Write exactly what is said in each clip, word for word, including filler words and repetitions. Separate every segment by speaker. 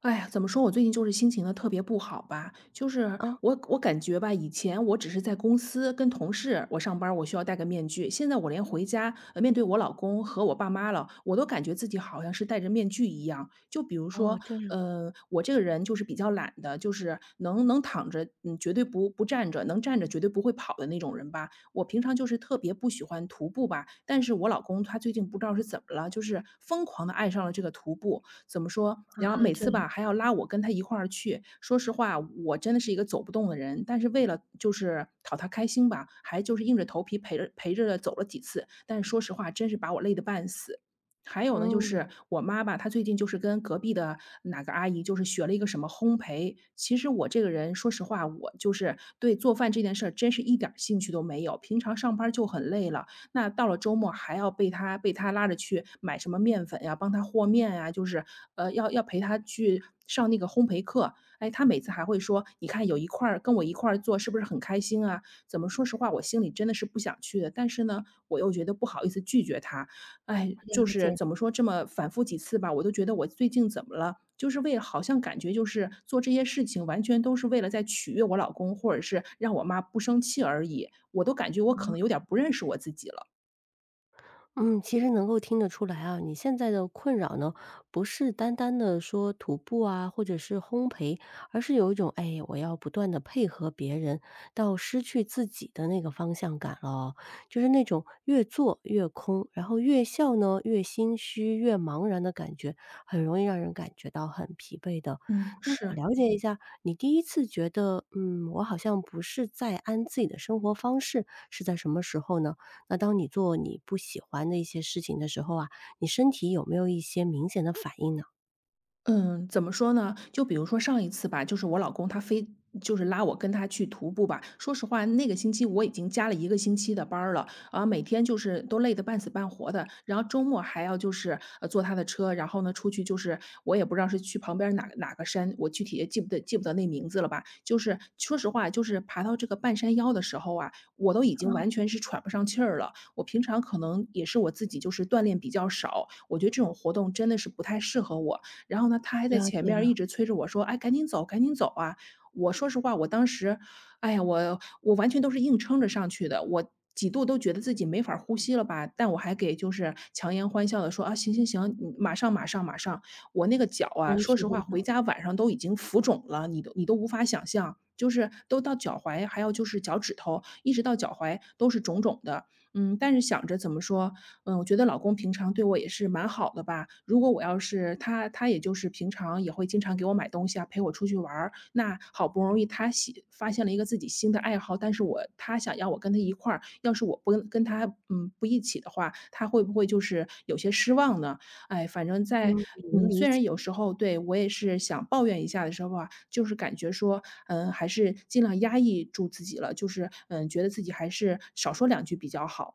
Speaker 1: 哎呀，怎么说，我最近就是心情呢特别不好吧，就是
Speaker 2: 哦，
Speaker 1: 我我感觉吧，以前我只是在公司跟同事，我上班儿我需要戴个面具，现在我连回家，呃面对我老公和我爸妈了，我都感觉自己好像是戴着面具一样。就比如
Speaker 2: 哦，
Speaker 1: 说，
Speaker 2: 这样，
Speaker 1: 呃，我这个人就是比较懒的，就是能能躺着，嗯，绝对不不站着，能站着绝对不会跑的那种人吧。我平常就是特别不喜欢徒步吧，但是我老公他最近不知道是怎么了，就是疯狂的爱上了这个徒步，怎么说，
Speaker 2: 啊，
Speaker 1: 然后每
Speaker 2: 这
Speaker 1: 次
Speaker 2: 样，
Speaker 1: 吧还要拉我跟他一块儿去。说实话，我真的是一个走不动的人，但是为了就是讨他开心吧，还就是硬着头皮陪着陪着走了几次。但是说实话，真是把我累得半死。还有呢，就
Speaker 2: 嗯，
Speaker 1: 是我妈吧，她最近就是跟隔壁的哪个阿姨，就是学了一个什么烘焙。其实我这个人，说实话，我就是对做饭这件事儿真是一点儿兴趣都没有。平常上班儿就很累了，那到了周末还要被他被他拉着去买什么面粉呀，帮他和面呀，就是呃，要要陪他去上那个烘焙课。哎，他每次还会说：“你看有一块儿跟我一块儿做，是不是很开心啊？”怎么说实话，我心里真的是不想去的，但是呢，我又觉得不好意思拒绝他。哎，就
Speaker 2: 了
Speaker 1: 是
Speaker 2: 解。
Speaker 1: 怎么说，这么反复几次吧，我都觉得我最近怎么了？就是为了好像感觉就是做这些事情，完全都是为了在取悦我老公，或者是让我妈不生气而已。我都感觉我可能有点儿不认识我自己了。
Speaker 2: 嗯，其实能够听得出来啊，你现在的困扰呢，不是单单的说徒步啊，或者是烘焙，而是有一种哎，我要不断的配合别人，到失去自己的那个方向感了哦。就是那种越做越空，然后越笑呢越心虚、越茫然的感觉，很容易让人感觉到很疲惫的。
Speaker 1: 嗯，
Speaker 2: 那想
Speaker 1: 是，
Speaker 2: 了解一下，你第一次觉得，嗯，我好像不是在按自己的生活方式，是在什么时候呢？那当你做你不喜欢的一些事情的时候啊，你身体有没有一些明显的反应呢？
Speaker 1: 嗯，怎么说呢？就比如说上一次吧，就是我老公他非就是拉我跟他去徒步吧。说实话，那个星期我已经加了一个星期的班儿了，啊，每天就是都累得半死半活的。然后周末还要就是呃坐他的车，然后呢出去就是我也不知道是去旁边哪哪个山，我具体也记不得记不得那名字了吧。就是说实话，就是爬到这个半山腰的时候啊，我都已
Speaker 2: 啊，
Speaker 1: 经完全是喘不上气儿了。我平常可能也是我自己就是锻炼比较少，我觉得这种活动真的是不太适合我。然后呢，他还在
Speaker 2: 了
Speaker 1: 前
Speaker 2: 解
Speaker 1: 面儿一
Speaker 2: 了。
Speaker 1: 直催着我说：“哎，赶紧走，赶紧走啊！”我说实话，我当时，哎呀，我我完全都是硬撑着上去的，我几度都觉得自己没法儿呼吸了吧，但我还给就是强颜欢笑的说：“啊，行行行，你马上马上马上。”我那个脚啊，
Speaker 2: 能
Speaker 1: 说
Speaker 2: 体
Speaker 1: 实
Speaker 2: 会
Speaker 1: 话，回
Speaker 2: 到，
Speaker 1: 家晚上都已经浮肿了，你都你都无法想象，就是都到脚踝，还有就是脚趾头，一直到脚踝都是肿肿的。嗯，但是想着怎么说，嗯，我觉得老公平常对我也是蛮好的吧。如果我要是他他也就是平常也会经常给我买东西啊，陪我出去玩儿。那好不容易他喜发现了一个自己新的爱好，但是我他想要我跟他一块儿，要是我不跟跟他嗯不一起的话，他会不会就是有些失望呢？哎，反正在
Speaker 2: 能
Speaker 1: 嗯，
Speaker 2: 理
Speaker 1: 虽
Speaker 2: 解。
Speaker 1: 然有时候对我也是想抱怨一下的时候啊，就是感觉说，嗯，还是尽量压抑住自己了，就是嗯，觉得自己还是少说两句比较好。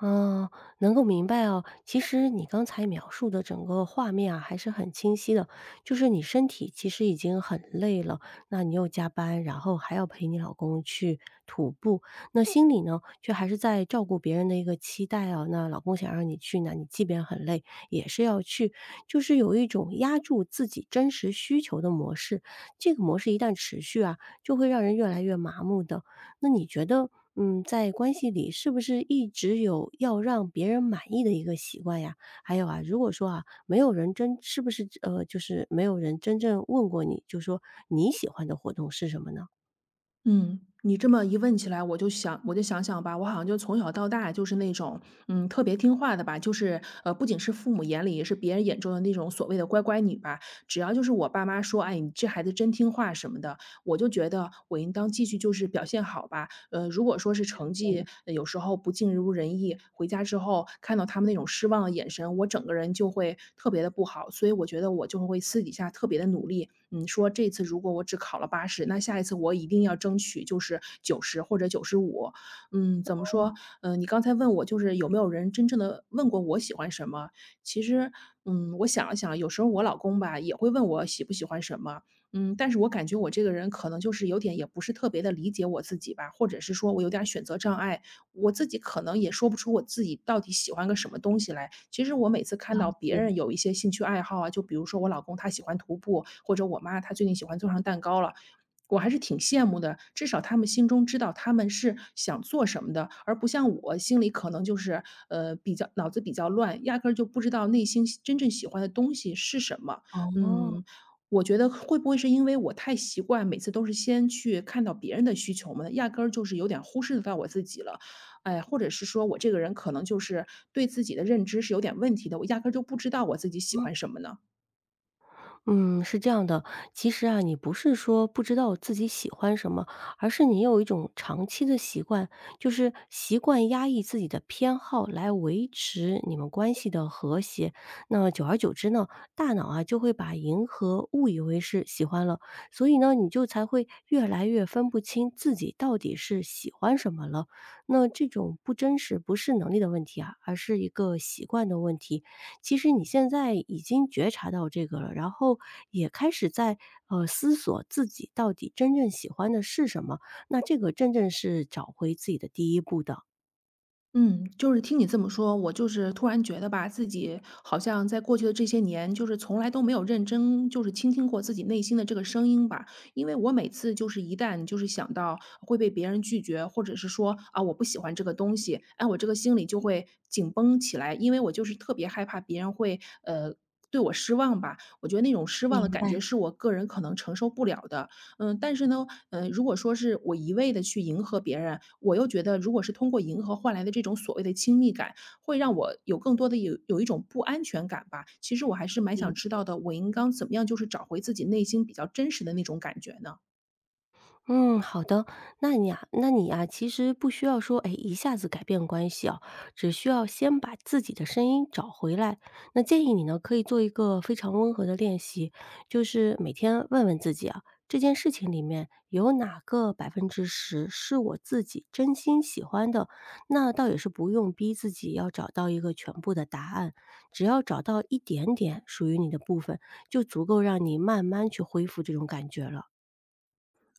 Speaker 2: 哦，能够明白哦。其实你刚才描述的整个画面啊，还是很清晰的。就是你身体其实已经很累了，那你又加班，然后还要陪你老公去徒步，那心里呢，却还是在照顾别人的一个期待啊。那老公想让你去那你即便很累，也是要去，就是有一种压住自己真实需求的模式。这个模式一旦持续啊，就会让人越来越麻木的。那你觉得，嗯，在关系里是不是一直有要让别人满意的一个习惯呀？还有啊，如果说啊，没有人真是不是呃，就是没有人真正问过你，就说你喜欢的活动是什么呢？
Speaker 1: 嗯，你这么一问起来，我就想我就想想吧，我好像就从小到大就是那种，嗯，特别听话的吧，就是，呃，不仅是父母眼里，也是别人眼中的那种所谓的乖乖女吧。只要就是我爸妈说：“哎，你这孩子真听话”什么的，我就觉得我应当继续就是表现好吧。呃，如果说是成绩呃有时候不尽如人意，回家之后看到他们那种失望的眼神，我整个人就会特别的不好。所以我觉得我就会私底下特别的努力，嗯，说这次如果我只考了八十，那下一次我一定要争取就是九十或者九十五。嗯，怎么说？嗯，你刚才问我就是有没有人真正的问过我喜欢什么？其实，嗯，我想了想，有时候我老公吧也会问我喜不喜欢什么，嗯，但是我感觉我这个人可能就是有点也不是特别的理解我自己吧，或者是说我有点儿选择障碍，我自己可能也说不出我自己到底喜欢个什么东西来。其实我每次看
Speaker 2: 了
Speaker 1: 到别
Speaker 2: 解，
Speaker 1: 人有一些兴趣爱好啊，就比如说我老公他喜欢徒步，或者我妈她最近喜欢做上蛋糕了，我还是挺羡慕的，至少他们心中知道他们是想做什么的，而不像我心里可能就是，呃，比较脑子比较乱，压根儿就不知道内心喜真正喜欢的东西是什么。
Speaker 2: 哦。
Speaker 1: 嗯，我觉得会不会是因为我太习惯每次都是先去看到别人的需求嘛，压根儿就是有点忽视到我自己了。哎，或者是说我这个人可能就是对自己的认知是有点问题的，我压根儿就不知道我自己喜欢什么呢？
Speaker 2: 嗯，是这样的，其实啊，你不是说不知道自己喜欢什么，而是你有一种长期的习惯，就是习惯压抑自己的偏好来维持你们关系的和谐。那久而久之呢，大脑啊就会把迎合误以为是喜欢了，所以呢，你就才会越来越分不清自己到底是喜欢什么了。那这种不真实不是能力的问题啊，而是一个习惯的问题。其实你现在已经觉察到这个了，然后也开始在呃思索自己到底真正喜欢的是什么，那这个真正是找回自己的第一步的。
Speaker 1: 嗯，就是听你这么说，我就是突然觉得吧，自己好像在过去的这些年，就是从来都没有认真就是倾听过自己内心的这个声音吧。因为我每次就是一旦就是想到会被别人拒绝，或者是说啊我不喜欢这个东西，哎，我这个心里就会紧绷起来，因为我就是特别害怕别人会呃对我失望吧。我觉得那种失望的
Speaker 2: 明
Speaker 1: 感觉
Speaker 2: 白。
Speaker 1: 是我个人可能承受不了的。嗯，但是呢，嗯，如果说是我一味的去迎合别人，我又觉得如果是通过迎合换来的这种所谓的亲密感，会让我有更多的有有一种不安全感吧。其实我还是蛮想知道的，我应当怎么样就是找回自己内心比较真实的那种感觉呢？
Speaker 2: 嗯，好的。那你啊，那你啊，其实不需要说，哎，一下子改变关系啊，只需要先把自己的声音找回来。那建议你呢，可以做一个非常温和的练习，就是每天问问自己啊，这件事情里面有哪个百分之十是我自己真心喜欢的？那倒也是不用逼自己要找到一个全部的答案，只要找到一点点属于你的部分，就足够让你慢慢去恢复这种感觉了。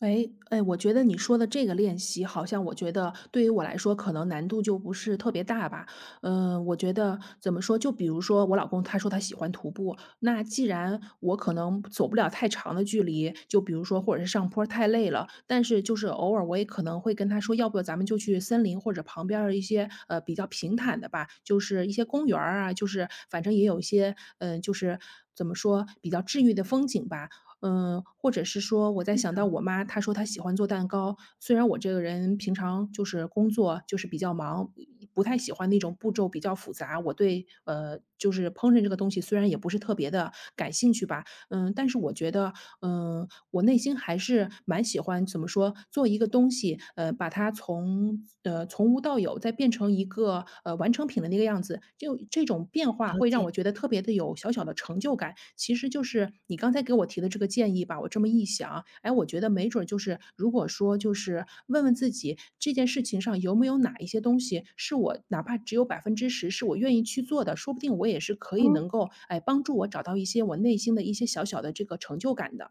Speaker 1: 哎哎，我觉得你说的这个练习，好像我觉得对于我来说，可能难度就不是特别大吧。嗯，我觉得怎么说，就比如说我老公他说他喜欢徒步，那既然我可能走不了太长的距离，就比如说或者是上坡太累了，但是就是偶尔我也可能会跟他说，要不咱们就去森林或者旁边的一些呃比较平坦的吧，就是一些公园儿啊，就是反正也有一些嗯、呃就是。怎么说比较治愈的风景吧。嗯，或者是说我在想到我妈，她说她喜欢做蛋糕。虽然我这个人平常就是工作就是比较忙，不太喜欢那种步骤比较复杂，我对呃就是烹饪这个东西虽然也不是特别的感兴趣吧。嗯，但是我觉得，嗯，我内心还是蛮喜欢怎么说，做一个东西，呃，把它从呃从无到有，再变成一个呃完成品的那个样子，就这种变化
Speaker 2: 了
Speaker 1: 会让
Speaker 2: 解。
Speaker 1: 我觉得特别的有小小的成就感。其实就是你刚才给我我提的这个建议吧，我这么一想，哎，我觉得没准儿就是如果说就是问问自己这件事情上有没有哪一些东西是我哪怕只有百分之十是我愿意去做的，说不定我也是可以
Speaker 2: 嗯。
Speaker 1: 能够，哎，帮助我找到一些我内心的一些小小的这个成就感的。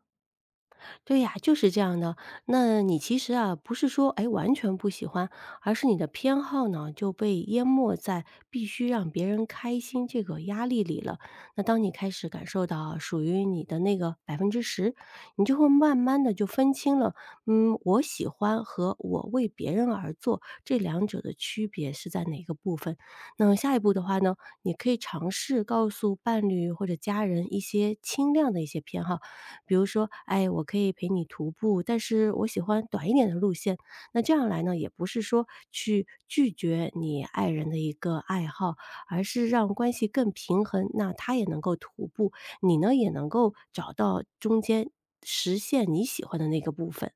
Speaker 2: 对呀，就是这样的。那你其实啊，不是说哎完全不喜欢，而是你的偏好呢就被淹没在必须让别人开心这个压力里了。那当你开始感受到属于你的那个百分之十，你就会慢慢的就分清了，嗯，我喜欢和我为别人而做这两者的区别是在哪个部分。那下一步的话呢，你可以尝试告诉伴侣或者家人一些轻量的一些偏好。比如说，哎，我可以陪你徒步，但是我喜欢短一点的路线。那这样来呢，也不是说去拒绝你爱人的一个爱好，而是让关系更平衡。那他也能够徒步，你呢也能够找到中间实现你喜欢的那个部分。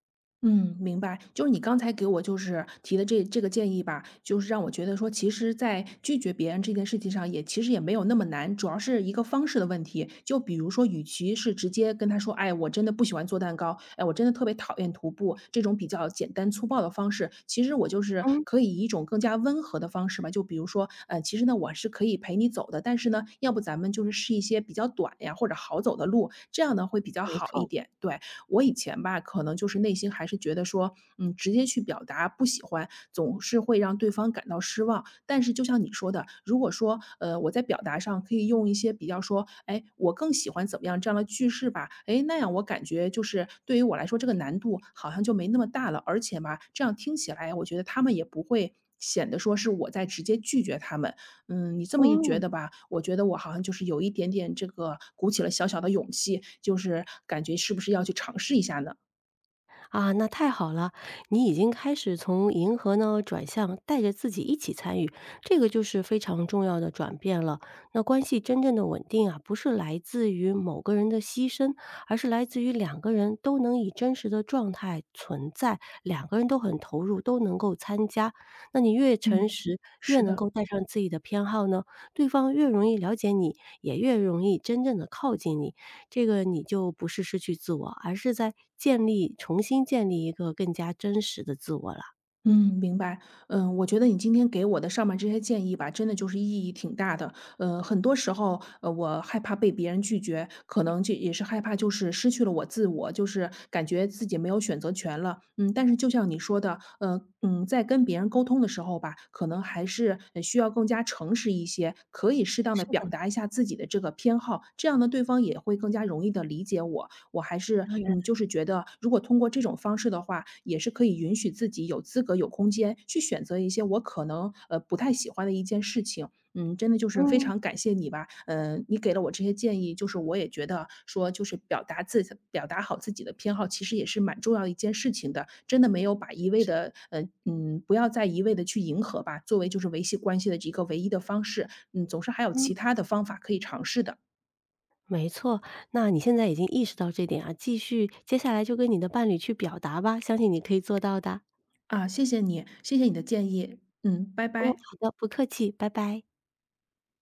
Speaker 1: 嗯，明白。就是你刚才给我就是提的这这个建议吧，就是让我觉得说，其实，在拒绝别人这件事情上也，其实也没有那么难，主要是一个方式的问题。就比如说，与其是直接跟他说，哎，我真的不喜欢做蛋糕，哎，我真的特别讨厌徒步这种比较简单粗暴的方式，其实我就是
Speaker 2: 嗯，
Speaker 1: 可以以一种更加温和的方式吧。就比如说，呃，其实呢，我是可以陪你走的，但是呢，要不咱们就是试一些比较短呀或者好走的路，这样呢会比较
Speaker 2: 没
Speaker 1: 好一
Speaker 2: 错，
Speaker 1: 点。对，我以前吧，可能就是内心还是觉得说，嗯，直接去表达不喜欢，总是会让对方感到失望。但是就像你说的，如果说，呃，我在表达上可以用一些比较说，哎，我更喜欢怎么样这样的句式吧，哎，那样我感觉就是对于我来说，这个难度好像就没那么大了。而且嘛，这样听起来，我觉得他们也不会显得说是我在直接拒绝他们。嗯，你这么一觉
Speaker 2: 嗯。
Speaker 1: 得吧，我觉得我好像就是有一点点这个鼓起了小小的勇气，就是感觉是不是要去尝试一下呢？
Speaker 2: 啊，那太好了！你已经开始从迎合呢转向带着自己一起参与，这个就是非常重要的转变了。那关系真正的稳定啊，不是来自于某个人的牺牲，而是来自于两个人都能以真实的状态存在，两个人都很投入，都能够参加。那你越诚
Speaker 1: 嗯。
Speaker 2: 实，越
Speaker 1: 是
Speaker 2: 能
Speaker 1: 的。
Speaker 2: 够带上自己的偏好呢，对方越容易了解你，也越容易真正的靠近你。这个你就不是失去自我，而是在建立重新建立一个更加真实的自我了。
Speaker 1: 嗯，明白。嗯，我觉得你今天给我的上面这些建议吧，真的就是意义挺大的。呃，很多时候，呃，我害怕被别人拒绝，可能这也是害怕就是失去了我自我，就是感觉自己没有选择权了。嗯，但是就像你说的，呃，嗯，在跟别人沟通的时候吧，可能还是呃需要更加诚实一些，可以适当的表达一下自己的这个偏好，这样呢，对方也会更加容易的理解我。我还是
Speaker 2: 当然，
Speaker 1: 嗯，就是觉得如果通过这种方式的话，也是可以允许自己有资格、有空间去选择一些我可能呃不太喜欢的一件事情。嗯，真的就是非
Speaker 2: 嗯，
Speaker 1: 常感谢你吧，嗯，你给了我这些建议，就是我也觉得说，就是表达自己表达好自己的偏好，其实也是蛮重要的一件事情的。真的没有把
Speaker 2: 是的，
Speaker 1: 一味
Speaker 2: 是的。
Speaker 1: 的，呃，嗯，不要再一味的去迎合吧，作为就是维系关系的一个唯一的方式，嗯，总是还有
Speaker 2: 嗯，
Speaker 1: 其他的方法可以尝试的。
Speaker 2: 没错，那你现在已经意识到这点啊，继续接下来就跟你的伴侣去表达吧，相信你可以做到的。
Speaker 1: 啊，谢谢你，谢谢你的建议，嗯，拜
Speaker 2: 嗯，
Speaker 1: 拜。
Speaker 2: 好的，不客气，拜拜。